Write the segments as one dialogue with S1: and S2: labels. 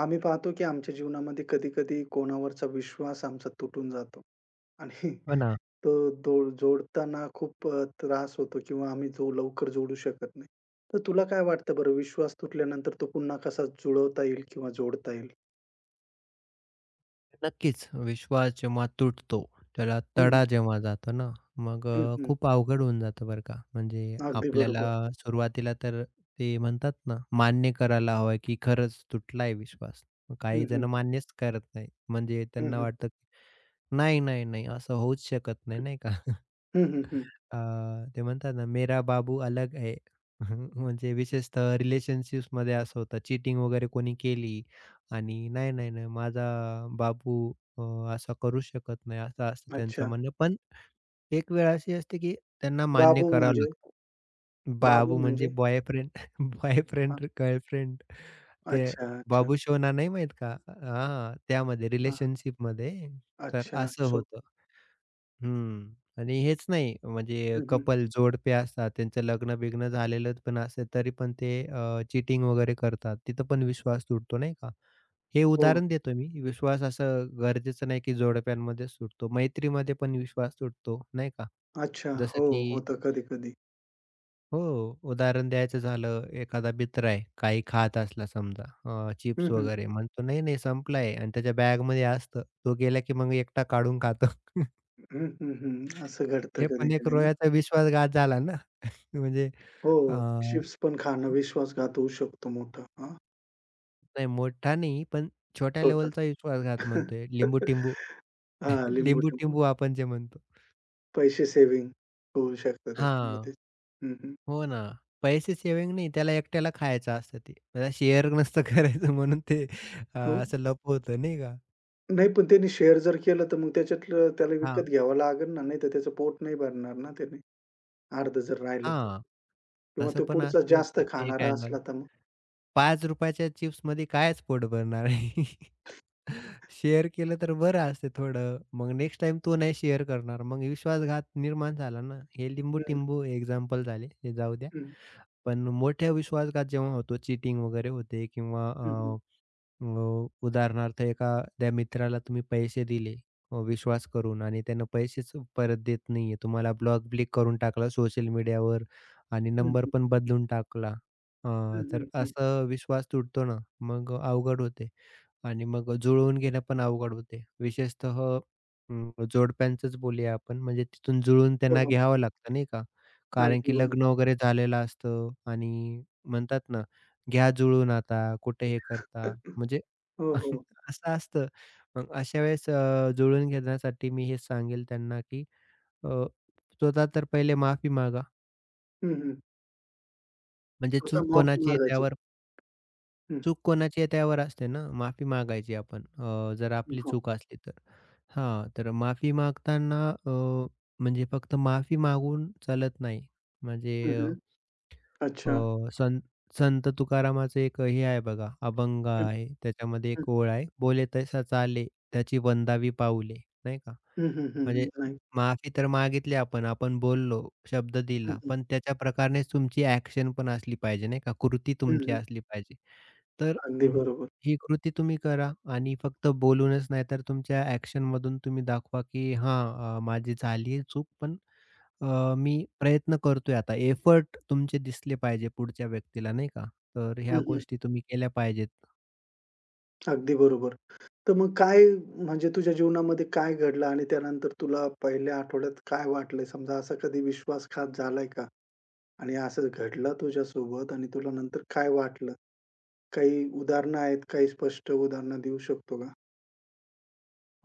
S1: आम्ही पाहतो की आमच्या जीवनामध्ये कधी-कधी कोणावरचा विश्वास आमचा तुटून जातो आणि
S2: हो ना.
S1: तो दो जोडताना खूप त्रास होतो किंवा आम्ही जो लवकर जोडू शकत नाही. तर तुला काय वाटतं बरं विश्वास तुटल्यानंतर तो पुन्हा कसा जुळवता येईल किंवा जोडता येईल?
S2: नक्कीच. विश्वास जेव्हा तुटतो, त्याला
S1: हं, हं.
S2: तडा जेव्हा जातो ना, मग
S1: हं,
S2: खूप अवघड होऊन जातं बरं का. म्हणजे
S1: अगदी
S2: आपल्याला
S1: बरोबर.
S2: सुरुवातीला तर ते म्हणतात ना, मान्य करायला हवं की खरंच तुटलाय विश्वास. मग
S1: हं,
S2: काही जण
S1: हं.
S2: मान्यच करत नाही. म्हणजे
S1: हं,
S2: त्यांना
S1: हं.
S2: वाटतं, की नाही, नाही, नाही असं होऊच शकत नाही, नाही का?
S1: हं, हं,
S2: अ, ते म्हणतात ना, मेरा बाबू अलग है. म्हणजे विशेषतः रिलेशनशिप्समध्ये असं होतं, चीटिंग वगैरे कोणी केली आणि "नाही, नाही, नाही, माझा बाबू अ, असा करू शकत नाही." असं असतं त्यांचं
S1: अच्छा.
S2: म्हणणं. पण एक वेळ अशी असते, की त्यांना मान्य
S1: बाबू
S2: करावं
S1: म्हणजे?
S2: लागतं.
S1: बाबू
S2: बाबू म्हणजे
S1: म्हणजे?
S2: बॉयफ्रेंड,
S1: हां.
S2: गर्लफ्रेंड. ते
S1: अच्छा, अच्छा.
S2: बाबू शोना नाही माहीत का? हां,
S1: हां,
S2: त्यामध्ये
S1: हां.
S2: रिलेशनशिपमध्ये तर
S1: अच्छा.
S2: असं
S1: सो
S2: होतं. हं. आणि हेच नाही म्हणजे
S1: हं, हं.
S2: कपल जोडपे असतात, त्यांचं लग्न-बिग्न झालेलं पण असतं, तरी पण ते चीटिंग वगैरे करतात. तिथं पण विश्वास तुटतो नाही का? हे
S1: हो.
S2: उदाहरण देतोय मी. विश्वास असं गरजेचं नाही की जोडप्यांमध्येच तुटतो. मैत्रीमध्ये पण विश्वास तुटतो नाही का?
S1: अच्छा.
S2: जसं
S1: हो,
S2: की
S1: होतं कधी-कधी.
S2: हो, उदाहरण द्यायचं झालं, एखादा मित्र आहे, काही खात असला समजा चिप्स वगैरे म्हणतो, "नाही, नाही संपला" आणि त्याच्या बॅगमध्ये असतं. तो गेला की मग एकटा काढून खातो.
S1: हं, हं, हं. असं घडतं
S2: हे पण एक
S1: कधी-कधी ना.
S2: रोह्याचा विश्वासघात झाला ना. म्हणजे
S1: हो,
S2: अ,
S1: चिप्स पण खाणं विश्वासघात होऊ शकतो मोठा. हां,
S2: नाही मोठा नाही, पण छोट्या
S1: छोटा.
S2: लेव्हलचा विश्वासघात म्हणतोय. लिंबू-टिंबू.
S1: हां, लिंबू-टिंबू.
S2: लिंबू-टिंबू आपण जे म्हणतो.
S1: पैसे सेव्हिंग होऊ शकतात
S2: हां.
S1: त्याच्यामध्ये. हं, हं.
S2: हो ना. पैसे सेव्हिंग नाही, त्याला एकट्याला खायचं असतं ते. त्याला शेअर नसतं करायचं म्हणून ते
S1: हो.
S2: असं लपवतं नाही का?
S1: नाही पण त्यांनी शेअर जर केलं तर मग त्याच्यातलं त्याला विकत
S2: हां,
S1: घ्यावं लागेल ना, नाहीतर त्याचं पोट नाही भरणार ना त्याने. अर्धं जर राहिलं तर
S2: हां.
S1: किंवा
S2: तसं
S1: तो
S2: पण
S1: पुढचा
S2: असू
S1: जास्त
S2: शकतं एक
S1: खाणारा
S2: अँगल.
S1: असला तर मग.
S2: ₹5च्या चिप्समध्ये कायच पोट भरणार आहे. शेअर केलं तर बरं असते थोडं. मग नेक्स्ट टाईम तो नाही शेअर करणार. मग विश्वासघात निर्माण झाला ना. हे
S1: हं,
S2: लिंबू-टिंबू एक्झाम्पल झाले, हे जाऊ द्या.
S1: हं,
S2: पण मोठ्या विश्वासघात जेव्हा होतो, चीटिंग वगैरे होते किंवा
S1: हं, हं.
S2: अ, अ, उदाहरणार्थ एखाद्या मित्राला तुम्ही पैसे दिले विश्वास करून आणि त्यानं पैसेच परत देत नाहीये. तुम्हाला ब्लॉक-ब्लिक करून टाकलं सोशल मीडियावर आणि
S1: हं,
S2: नंबर
S1: हं.
S2: पण बदलून टाकला.
S1: हं,
S2: हां, तर
S1: हं, हं.
S2: असं विश्वास तुटतो ना, मग अवघड होते आणि मग जुळवून घेणं पण अवघड होते. विशेषतः जोडप्यांचंच बोलूया आपण, म्हणजे तिथून जुळून
S1: हो,
S2: त्यांना
S1: हो.
S2: घ्यावं लागतं नाही का? कारण
S1: अगदी
S2: की
S1: बरोबर.
S2: लग्न वगैरे झालेलं असतं आणि म्हणतात ना, घ्या जुळून आता, कुठे हे करता, म्हणजे
S1: हो, हो.
S2: असं असतं. मग अशा वेळेस जुळवून घेण्यासाठी मी हे सांगेल त्यांना, की अ, स्वतः तर पहिले माफी मागा.
S1: हं, हं.
S2: म्हणजे
S1: स्वतः माफी मागायची. हं,
S2: चूक कोणाची आहे त्यावर असते ना, माफी मागायची आपण जर आपली
S1: हो.
S2: चूक असली तर. हां, तर माफी मागताना म्हणजे फक्त माफी मागून चालत नाही.
S1: हं,
S2: म्हणजे
S1: हं.
S2: अ,
S1: अच्छा.
S2: संत संत तुकारामाचं एक हे आहे बघा, अभंग
S1: हं,
S2: आहे. त्याच्यामध्ये
S1: हं.
S2: एक ओळ आहे, "बोले तैसा चाले, त्याची वंदावी पाऊले." नाही का?
S1: हं, हं, हं,
S2: म्हणजे
S1: हं. नाही.
S2: माफी तर मागितली आपण, आपण बोललो, शब्द
S1: हं,
S2: दिला,
S1: हं.
S2: पण त्याच्या प्रकारेच तुमची ॲक्शन पण असली पाहिजे नाही का? कृती
S1: हं,
S2: तुमची
S1: हं.
S2: असली पाहिजे. तर
S1: अगदी
S2: अं,
S1: बरोबर.
S2: ही कृती तुम्ही करा आणि फक्त बोलूनच नाही तर तुमच्या ॲक्शनमधून तुम्ही दाखवा, की हां, माझी झाली आहे चूक पण मी प्रयत्न करतोय आता. एफर्ट तुमचे दिसले पाहिजे पुढच्या व्यक्तीला नाही का? तर
S1: हं,
S2: ह्या
S1: हं.
S2: गोष्टी तुम्ही केल्या पाहिजेत.
S1: अगदी बरोबर. तर मग काय म्हणजे तुझ्या जीवनामध्ये काय घडलं आणि त्यानंतर तुला पहिल्या आठवड्यात काय वाटलंय? समजा असा कधी विश्वासघात झालाय का? आणि असं घडलं तुझ्यासोबत आणि तुला नंतर काय वाटलं? काही उदाहरणं आहेत? काही स्पष्ट उदाहरणं देऊ शकतो का?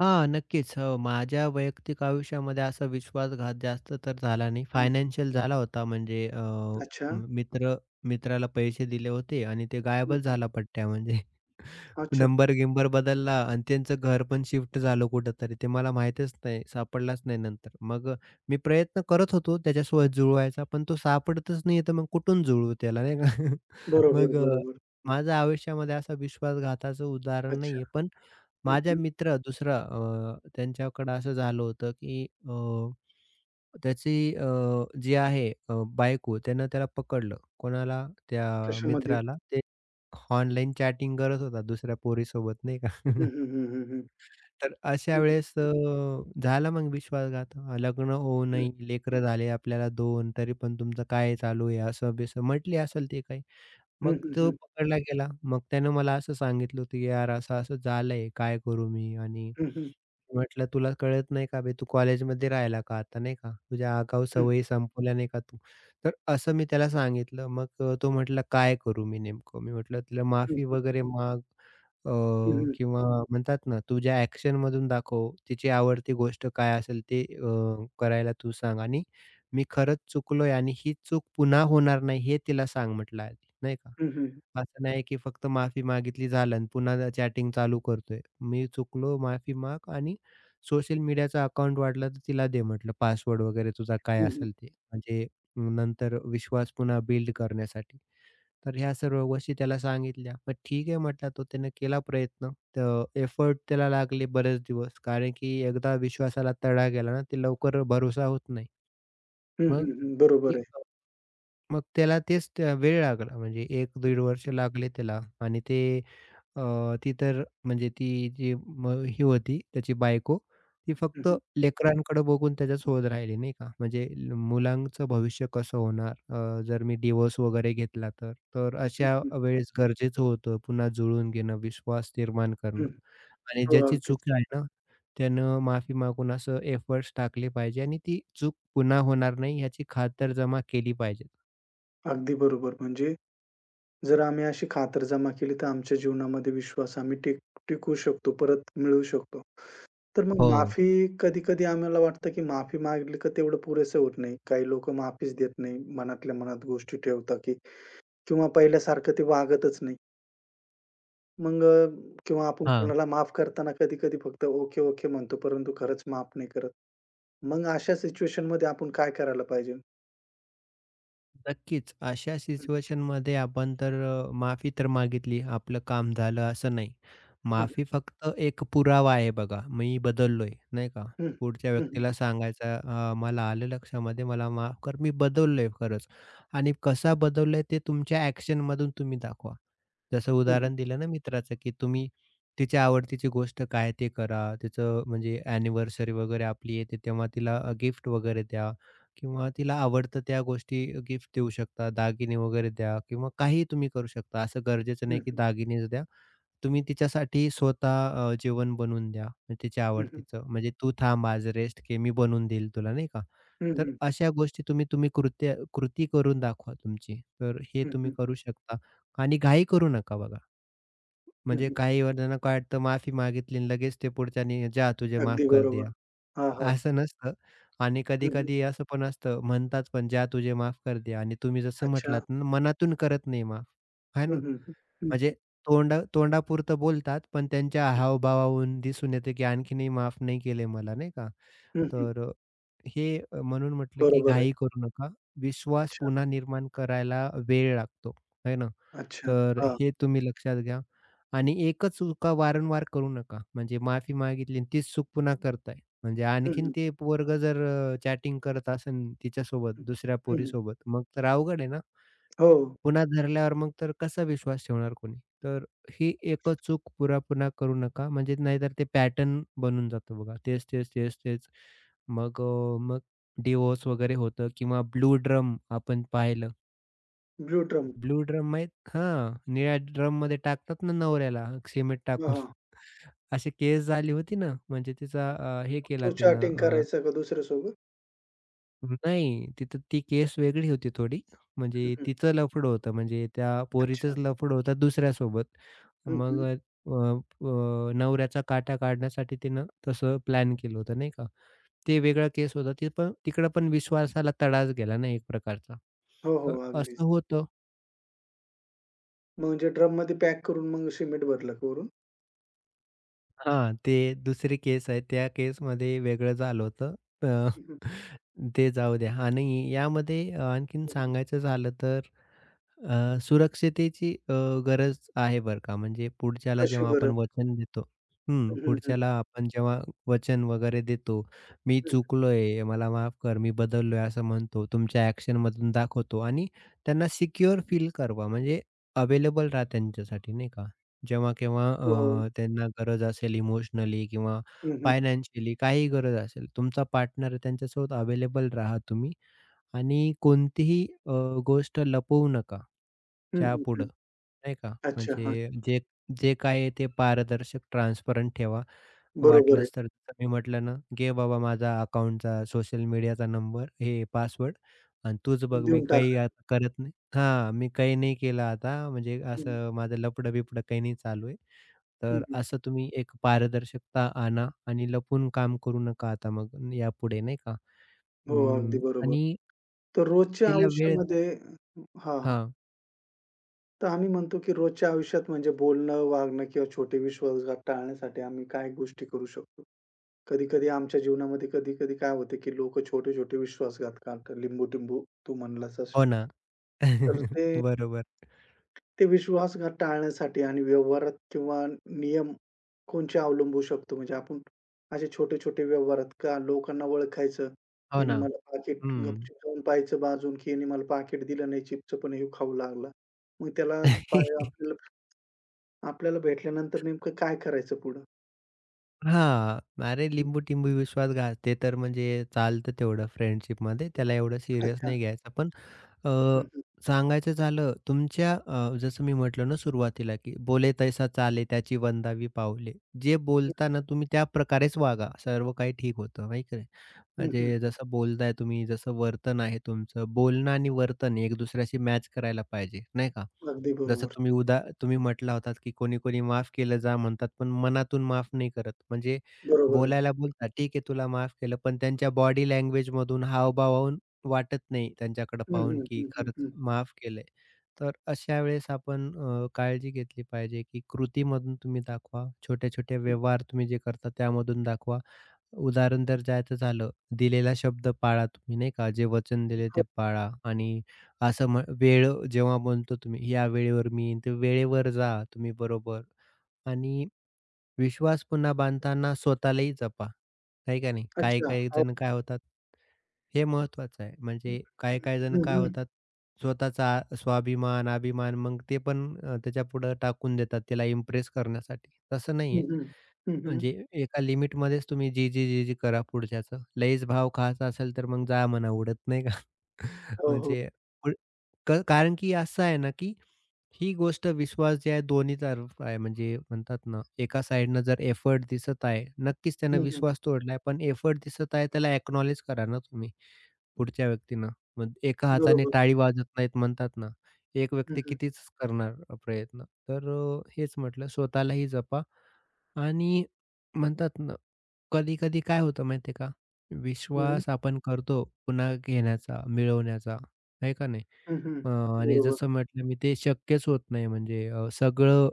S2: हां, नक्कीच. माझ्या वैयक्तिक आयुष्यामध्ये असा विश्वासघात जास्त तर झाला नाही.
S1: हं.
S2: फायनान्शियल झाला होता म्हणजे अ,
S1: अच्छा.
S2: म- मित्र मित्राला पैसे दिले होते आणि ते
S1: हं,
S2: गायबच
S1: हं.
S2: झाला पट्ट्या म्हणजे.
S1: अच्छा.
S2: नंबर-गिंबर बदलला आणि त्यांचं घर पण शिफ्ट झालं कुठेतरी. ते मला माहीतच नाही, सापडलाच नाही नंतर. मग मी प्रयत्न करत होतो त्याच्यासोबत जुळवायचा, पण तो सापडतच नाही आहे, तर मग कुठून जुळवू त्याला नाही का?
S1: बरोबर,
S2: मग
S1: बरोबर.
S2: माझ्या आयुष्यामध्ये असा विश्वासघाताचं उदाहरण
S1: अच्छा.
S2: नाही पण
S1: हं,
S2: माझ्या
S1: हं.
S2: मित्र दुसरा त्यांच्याकडं असं झालं होतं, की त्याची जी आहे बायको त्यानं त्याला पकडलं. कोणाला? त्या
S1: कशामध्ये?
S2: मित्राला. ते ऑनलाईन चॅटिंग करत होता दुसऱ्या पोरीसोबत नाही का?
S1: हं, हं, हं, हं, हं.
S2: तर अशा
S1: हं,
S2: वेळेस
S1: हं.
S2: झाला मग विश्वासघात. लग्न होऊ नाही, लेकरं झाले आपल्याला 2 तरी पण तुमचं काय चालू आहे? असं-बिसं म्हटली असेल ती काही.
S1: हं,
S2: मग
S1: हं,
S2: तो
S1: हं.
S2: पकडला गेला. मग त्यानं मला असं सांगितलं होतं, की "यार असं-असं झालंय, काय करू मी?" आणि
S1: हं, हं.
S2: म्हटलं, "तुला कळत नाही का बे? तू कॉलेजमध्ये राहिला का आता, नाही का? तुझ्या आगाऊ
S1: हं, हं.
S2: सवयी संपवल्या नाही का तू?" तर असं मी त्याला सांगितलं. मग तो म्हटला, "काय करू मी नेमकं?" मी म्हटलं, "तिला माफी
S1: हं,
S2: वगैरे माग अ,
S1: हं.
S2: किंवा म्हणतात ना, तुझ्या ॲक्शनमधून दाखव, तिची आवडती गोष्ट काय असेल ते करायला तू सांग आणि मी खरंच चुकलोय आणि ही चूक पुन्हा होणार नाही, हे तिला सांग" म्हटलं आधी, नाही का?
S1: हं, हं.
S2: असं नाही की फक्त माफी मागितली झालं आणि पुन्हा चॅटिंग चालू करतोय. मी चुकलो माफी माग आणि सोशल मीडियाचं अकाउंट वाटला तर तिला दे म्हटलं पासवर्ड वगैरे तुझा काय
S1: हं, हं.
S2: असेल ते. म्हणजे नंतर विश्वास पुन्हा बिल्ड करण्यासाठी. तर ह्या सर्व गोष्टी त्याला सांगितल्या. मग ठीक आहे म्हटला तो त्यानं केला प्रयत्न. तर एफर्ट त्याला लागले बरेच दिवस. कारण की एकदा विश्वासाला तडा गेला ना, ते लवकर भरोसा होत नाही.
S1: हं,
S2: मग
S1: हं, हं. बरोबर
S2: ती-
S1: आहे.
S2: मग त्याला तेच त्या- वेळ लागला म्हणजे 1-1.5 वर्ष लागले त्याला आणि ते ती तर म्हणजे ती जी ही होती त्याची बायको, ती
S1: हं,
S2: फक्त
S1: हं.
S2: लेकरांकडे बघून त्याच्या सोबत राहिली नाही का. म्हणजे मुलांचं भविष्य कसं होणार जर मी डिव्होर्स वगैरे घेतला तर. तर
S1: हं,
S2: अशा
S1: हं.
S2: वेळेस गरजेचं होतं पुन्हा जुळवून घेणं, विश्वास निर्माण
S1: हं.
S2: करणं आणि
S1: हो,
S2: ज्याची
S1: अगदीच.
S2: चूक आहे ना, त्यानं माफी मागून असं एफर्ट्स टाकले पाहिजे आणि ती चूक पुन्हा होणार नाही याची खातरजमा केली पाहिजे.
S1: अगदी बरोबर. म्हणजे जर आम्ही अशी खातरजमा केली, तर आमच्या जीवनामध्ये विश्वास आम्ही टिकवू शकतो, परत मिळवू शकतो. तर मग
S2: हो.
S1: माफी कधी-कधी आम्हाला वाटतं, की माफी मागितली का तेवढं पुरेसं होत नाही. काही लोकं माफीच देत नाही. मनातल्या मनात गोष्टी ठेवतात, की किंवा पहिल्यासारखं ते वागतच नाही. मग किंवा आपण
S2: हां.
S1: कोणाला माफ करताना कधी-कधी फक्त ओके, ओके म्हणतो, परंतु खरंच माफ नाही करत. मग अशा सिच्युएशनमध्ये आपण काय करायला पाहिजे?
S2: नक्कीच. अशा
S1: हं,
S2: सिच्युएशनमध्ये आपण तर माफी तर मागितली, आपलं काम झालं असं नाही.
S1: हं,
S2: माफी फक्त एक पुरावा आहे बघा, मी बदललोय, नाही का?
S1: हं,
S2: पुढच्या
S1: हं, हं,
S2: व्यक्तीला सांगायचं मला आलं लक्षामध्ये, मला माफ कर, मी बदललोय खरंच. आणि कसा बदललोय ते तुमच्या ॲक्शनमधून तुम्ही दाखवा. जसं
S1: हं, हं,
S2: उदाहरण दिलं ना मित्राचं, की तुम्ही तिच्या आवडतीची गोष्ट काय ते करा. तिचं म्हणजे अॅनिव्हर्सरी वगैरे आपली येते तेव्हा तिला गिफ्ट वगैरे द्या किंवा तिला आवडतं त्या गोष्टी गिफ्ट देऊ शकता, दागिने वगैरे द्या किंवा काहीही तुम्ही करू शकता. असं गरजेचं
S1: हं,
S2: नाही की
S1: हं,
S2: दागिनेच द्या. तुम्ही तिच्यासाठी स्वतः जेवण बनवून द्या म्हणजे तिच्या
S1: हं, हं,
S2: आवडतीचं. म्हणजे "तू थांब आज रेस्ट घे, मी बनवून देईल तुला." नाही का? तर
S1: हं,
S2: अशा गोष्टी तुम्ही तुम्ही कृती करून दाखवा तुमची. तर हे तुम्ही
S1: हं,
S2: करू शकता. आणि घाई करू नका बघा.
S1: हं,
S2: म्हणजे काही जणांना काय वाटतं माफी मागितली आणि लगेच ते पुढच्यानी "जा तुझे माफ
S1: अगदी
S2: कर
S1: बरोबर.
S2: दिया."
S1: हां, हां.
S2: असं नसतं आणि
S1: हं, हं.
S2: कधी-कधी असं पण असतं म्हणतात पण "जा तुझे माफ कर दिया" आणि तुम्ही जसं म्हटलात
S1: अच्छा.
S2: ना मनातून करत नाही माफ, आहे ना?
S1: हं, हं, हं, हं,
S2: म्हणजे
S1: हं,
S2: तोंडापुरतं बोलतात पण त्यांच्या
S1: हं,
S2: हावभावावरून दिसून येते की आणखीनही माफ नाही केले मला, नाही का?
S1: हं,
S2: तर हे म्हणून म्हटलं की
S1: बरोबर आहे.
S2: घाई करू नका. विश्वास
S1: अच्छा,
S2: पुन्हा निर्माण करायला वेळ लागतो, आहे ना?
S1: अच्छा.
S2: तर
S1: हां.
S2: हे तुम्ही लक्षात घ्या आणि एकच चुका वारंवार करू नका. म्हणजे माफी मागितली आणि तीच चूक पुन्हा करताय. म्हणजे
S1: हं,
S2: आणखीन
S1: हं,
S2: ते पोरगं जर चॅटिंग करत असेल तिच्यासोबत,
S1: हं,
S2: दुसऱ्या
S1: हं,
S2: पोरीसोबत, मग तर अवघड आहे ना?
S1: हो.
S2: पुन्हा धरल्यावर मग तर कसा विश्वास ठेवणार कोणी? तर ही एकच चूक पुन्हा-पुन्हा करू नका. म्हणजे नाहीतर ते पॅटर्न बनून जातं बघा. तेच, तेच, तेच, तेच. मग अ, मग डिव्होर्स वगैरे होतं किंवा ब्लू ड्रम आपण पाहिलं.
S1: Blue drum.
S2: ब्लू ड्रम माहीत हां, निळ्या ड्रममध्ये टाकतात ना नवऱ्याला सिमेंट टाकून.
S1: हां.
S2: अशी केस झाली होती ना, म्हणजे तिचा हे केला
S1: तो
S2: तिनं.
S1: चॅटिंग करायचा का दुसऱ्यासोबत?
S2: नाही, तिथं ती केस वेगळी होती थोडी.
S1: हं,
S2: म्हणजे
S1: हं.
S2: तिचं लफडं होतं. म्हणजे त्या
S1: अच्छा.
S2: पोरीचंच लफडं होतं दुसऱ्यासोबत.
S1: हं,
S2: मग
S1: हं.
S2: अ, अ, नवऱ्याचा काटा काढण्यासाठी तिनं तसं प्लॅन केलं होतं, नाही का. ते वेगळा केस होता. ते पण तिकडं पण विश्वासाला तडाच गेला ना एक प्रकारचा.
S1: हो,
S2: तर
S1: हो. अगदीच.
S2: असं होतं.
S1: म्हणजे ड्रममध्ये पॅक करून मग सिमेंट भरलं का वरून?
S2: हां, ते दुसरी केस आहे. त्या केसमध्ये वेगळं झालं होतं. अ,
S1: हं,
S2: ते जाऊ द्या आणि यामध्ये आणखीन
S1: हं, हं.
S2: सांगायचं झालं तर सुरक्षितेची गरज आहे बरं का. म्हणजे पुढच्याला
S1: कसे
S2: जेव्हा आपण
S1: बरं?
S2: वचन देतो. हं,
S1: हं, हं, हं.
S2: पुढच्याला आपण जेव्हा वचन वगैरे देतो, "मी
S1: हं.
S2: चुकलोय, मला माफ कर, मी बदललोय," असं म्हणतो. तुमच्या ॲक्शनमधून दाखवतो आणि त्यांना सिक्युअर फील करवा. म्हणजे अवेलेबल राहा त्यांच्यासाठी नाही का. जेव्हा-केव्हा
S1: हो, हो.
S2: त्यांना गरज असेल इमोशनली किंवा
S1: हं, हं.
S2: फायनान्शियली काहीही गरज असेल, तुमचा पार्टनर त्यांच्यासोबत अवेलेबल राहा तुम्ही आणि कोणतीही गोष्ट लपवू नका.
S1: हं, हं,
S2: चहापुडं,
S1: हं.
S2: नाही का?
S1: अच्छा, हां.
S2: म्हणजे जे जे काय आहे ते पारदर्शक, ट्रान्सपरंट ठेवा.
S1: बरोबर आहे.
S2: वाटलंच तर जसं मी म्हटलं ना, "घे बाबा माझा अकाउंटचा, सोशल मीडियाचा नंबर, हे पासवर्ड आणि तूच बघ, मी
S1: देऊन
S2: काही
S1: टाकायचं.
S2: आता करत नाही." हां, मी काही नाही केलं आता, म्हणजे
S1: हं,
S2: असं माझं लफडं-बिफडं काही नाही चालू आहे.
S1: हं,
S2: तर
S1: हं.
S2: असं तुम्ही एक पारदर्शकता आणा आणि लपून काम करू नका आता मग यापुढे, नाही का?
S1: हो, अगदी
S2: अं,
S1: बरोबर.
S2: आणि
S1: तर रोजच्या
S2: तिला वेळ.
S1: आयुष्यामध्ये हां, हां.
S2: हां,
S1: तर आम्ही म्हणतो की रोजच्या आयुष्यात म्हणजे बोलणं, वागणं किंवा छोटे विश्वासघात टाळण्यासाठी आम्ही काय गोष्टी करू शकतो? कधी-कधी आमच्या जीवनामध्ये कधी-कधी काय होतं की लोकं छोटे-छोटे विश्वासघात करतात. लिंबू-टिंबू तू म्हणलासच.
S2: हो ना.
S1: तर ते
S2: बरोबर.
S1: ते विश्वासघात टाळण्यासाठी आणि व्यवहारात किंवा नियम कोणचे अवलंबू शकतो? म्हणजे आपण असे छोटे-छोटे व्यवहारात का लोकांना ओळखायचं,
S2: हो
S1: "याने
S2: ना.
S1: मला पाकीट
S2: हं.
S1: गपचूप जाऊन पाहायचं बाजून, की याने मला पाकीट दिलं नाही चिप्सचं, पण ह्यो खाऊ लागला." मग त्याला
S2: हां.
S1: पाय आपल्याला आपल्याला भेटल्यानंतर नेमकं काय करायचं पुढं?
S2: अरे
S1: हं,
S2: लिंबू-टिंबू विश्वासघात ते तर म्हणजे चालतं तेवढं फ्रेंडशिपमध्ये. त्याला एवढं सीरियस
S1: अच्छा.
S2: नाही घ्यायचं. पण अ,
S1: हं, हं.
S2: सांगायचं झालं तुमच्या जसं मी म्हटलं ना सुरुवातीला, की "बोले तैसा चाले त्याची वंदावी पाऊले." जे
S1: हं,
S2: बोलताना तुम्ही त्या प्रकारेच वागा, सर्व काही ठीक होतं, नाही का.
S1: हं, हं.
S2: म्हणजे जसं बोलताय तुम्ही, जसं वर्तन आहे तुमचं, बोलणं आणि वर्तन एक दुसऱ्याशी मॅच करायला पाहिजे, नाही का.
S1: अगदी
S2: जसं
S1: बरोबर.
S2: तुम्ही म्हटला होतात, की कोणी-कोणी माफ केलं जा म्हणतात, पण मनातून माफ नाही करत. म्हणजे
S1: बरोबर आहे.
S2: बोलायला बोलतात, "ठीक आहे तुला माफ केलं," पण त्यांच्या बॉडी लँग्वेजमधून, हावभावाहून वाटत नाही त्यांच्याकडे
S1: हं,
S2: पाहून,
S1: हं,
S2: की
S1: हं, हं,
S2: खरंच
S1: हं,
S2: माफ केलंय. तर अशा वेळेस आपण काळजी घेतली पाहिजे, की कृतीमधून तुम्ही दाखवा. छोट्या-छोट्या
S1: हं.
S2: व्यवहार तुम्ही जे करता त्यामधून दाखवा. उदाहरण जर द्यायचं झालं, दिलेला शब्द पाळा तुम्ही नाही का, जे वचन दिले
S1: हो.
S2: ते पाळा आणि असं वेळ जेव्हा म्हणतो तुम्ही, "या वेळेवर मी येईन." तर वेळेवर जा तुम्ही बरोबर. आणि विश्वास पुन्हा बांधताना स्वतःलाही जपा. आहे का नाही?
S1: अच्छा.
S2: काही-काही
S1: हो.
S2: जण काय होतात हे महत्त्वाचं आहे. म्हणजे काही-काही जण
S1: हं,
S2: काय
S1: हं.
S2: होतात, स्वतःचा स्वाभिमान, अभिमान मग ते पण त्याच्यापुढं टाकून देतात त्याला इम्प्रेस करण्यासाठी. तसं
S1: हं,
S2: नाहीये.
S1: हं. हं, हं.
S2: म्हणजे एका लिमिटमध्येच तुम्ही जी, जी, जी, जी करा पुढच्याचं. लयच भाव खायचा असेल तर मग जा म्हणा उडत, नाही का?
S1: हो, हो.
S2: म्हणजे पुढ क कारण की असं आहे ना, की ही गोष्ट विश्वास जे आहे दोन्ही तरफ आहे. म्हणजे म्हणतात ना, एका साइडनं जर एफर्ट दिसत आहे, नक्कीच त्यानं
S1: हं, हं.
S2: विश्वास तोडलाय. पण एफर्ट दिसत आहे त्याला अॅक्नॉलेज करा ना तुम्ही पुढच्या व्यक्तीनं. मग एका हाताने
S1: बरोबर.
S2: टाळी वाजत नाहीत म्हणतात ना, एक
S1: हं,
S2: व्यक्ती
S1: हं.
S2: कितीच करणार प्रयत्न. तर हेच म्हटलं स्वतःलाही जपा आणि म्हणतात ना, कधी-कधी काय होतं माहिती का?
S1: हं.
S2: विश्वास आपण करतो पुन्हा घेण्याचा, मिळवण्याचा, आहे का नाही?
S1: हं, हं.
S2: अ, आणि
S1: बरोबर.
S2: जसं म्हटलं मी ते शक्यच होत नाही म्हणजे सगळं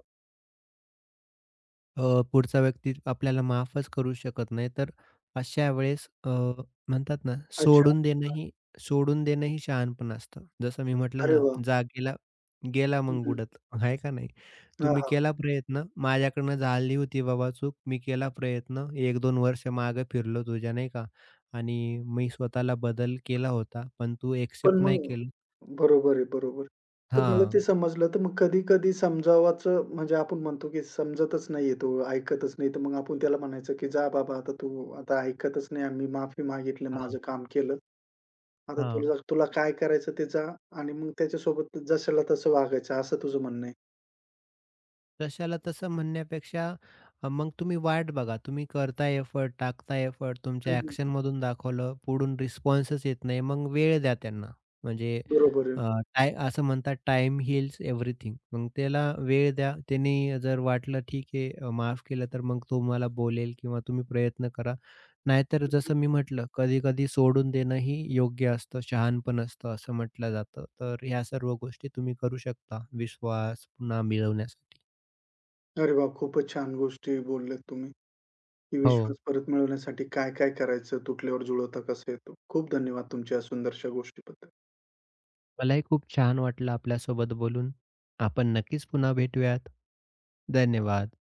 S2: पुढचा व्यक्ती आपल्याला माफच करू शकत नाही. तर अशा वेळेस म्हणतात ना,
S1: अच्छा.
S2: सोडून देणंही सोडून देणंही शहाणपण असतं. जसं मी म्हटलं
S1: अरे
S2: ना,
S1: वाह!
S2: जा गेला, गेला
S1: हं,
S2: मग
S1: हं.
S2: उडत, आहे का नाही?
S1: हां,
S2: तुम्ही
S1: हां.
S2: केला प्रयत्न, माझ्याकडनं झाली होती बाबा चूक, मी केला प्रयत्न, 1-2 वर्ष मागे फिरलो तुझ्या, नाही का? आणि मी स्वतःला बदल केला होता, पण तू
S1: पण
S2: एक्सेप्ट नाही
S1: मग
S2: केलं.
S1: बरोबर आहे, बरोबर. तर मला ते
S2: हां,
S1: समजलं. तर मग कधी-कधी समजावाचं म्हणजे आपण म्हणतो, की समजतच नाहीये तो, ऐकतच नाही. तर मग आपण त्याला म्हणायचं, की "जा बाबा, आता तू आता ऐकतच नाही आणि मी माफी मागितली,
S2: हां,
S1: माझं काम केलं. आता
S2: हां.
S1: तुला तुला काय करायचं ते जा." आणि मग त्याच्यासोबत जशाला तसं वागायचं, असं तुझं म्हणणं आहे.
S2: तशाला तसं म्हणण्यापेक्षा मग तुम्ही वाट बघा. तुम्ही करताय एफर्ट, टाकताय एफर्ट,
S1: हं,
S2: तुमच्या
S1: हं.
S2: ॲक्शनमधून दाखवलं, पुढून रिस्पॉन्सच येत नाही, मग वेळ द्या त्यांना. म्हणजे
S1: बरोबर आहे.
S2: अ, टाय असं म्हणतात टाईम हील्स एव्हरीथिंग. मग त्याला वेळ द्या. त्याने जर वाटलं ठीक आहे माफ केलं, तर मग तुम्हाला बोलेल किंवा तुम्ही प्रयत्न करा. नाहीतर
S1: हं,
S2: जसं
S1: हं.
S2: मी म्हटलं, कधी-कधी सोडून देणंही योग्य असतं, शहाणपण असतं असं म्हटलं जातं. तर ह्या सर्व गोष्टी तुम्ही करू शकता विश्वास पुन्हा मिळवण्यासाठी.
S1: अरे वाह! खूपच छान गोष्टी बोलल्यात तुम्ही. की
S2: हो,
S1: विश्वास परत मिळवण्यासाठी काय-काय करायचं? तुटल्यावर जुळवता कसा येतो? खूप धन्यवाद तुमच्या या सुंदरशा गोष्टीबद्दल.
S2: मलाही खूप छान वाटलं आपल्यासोबत बोलून. आपण नक्कीच पुन्हा भेटूयात. धन्यवाद.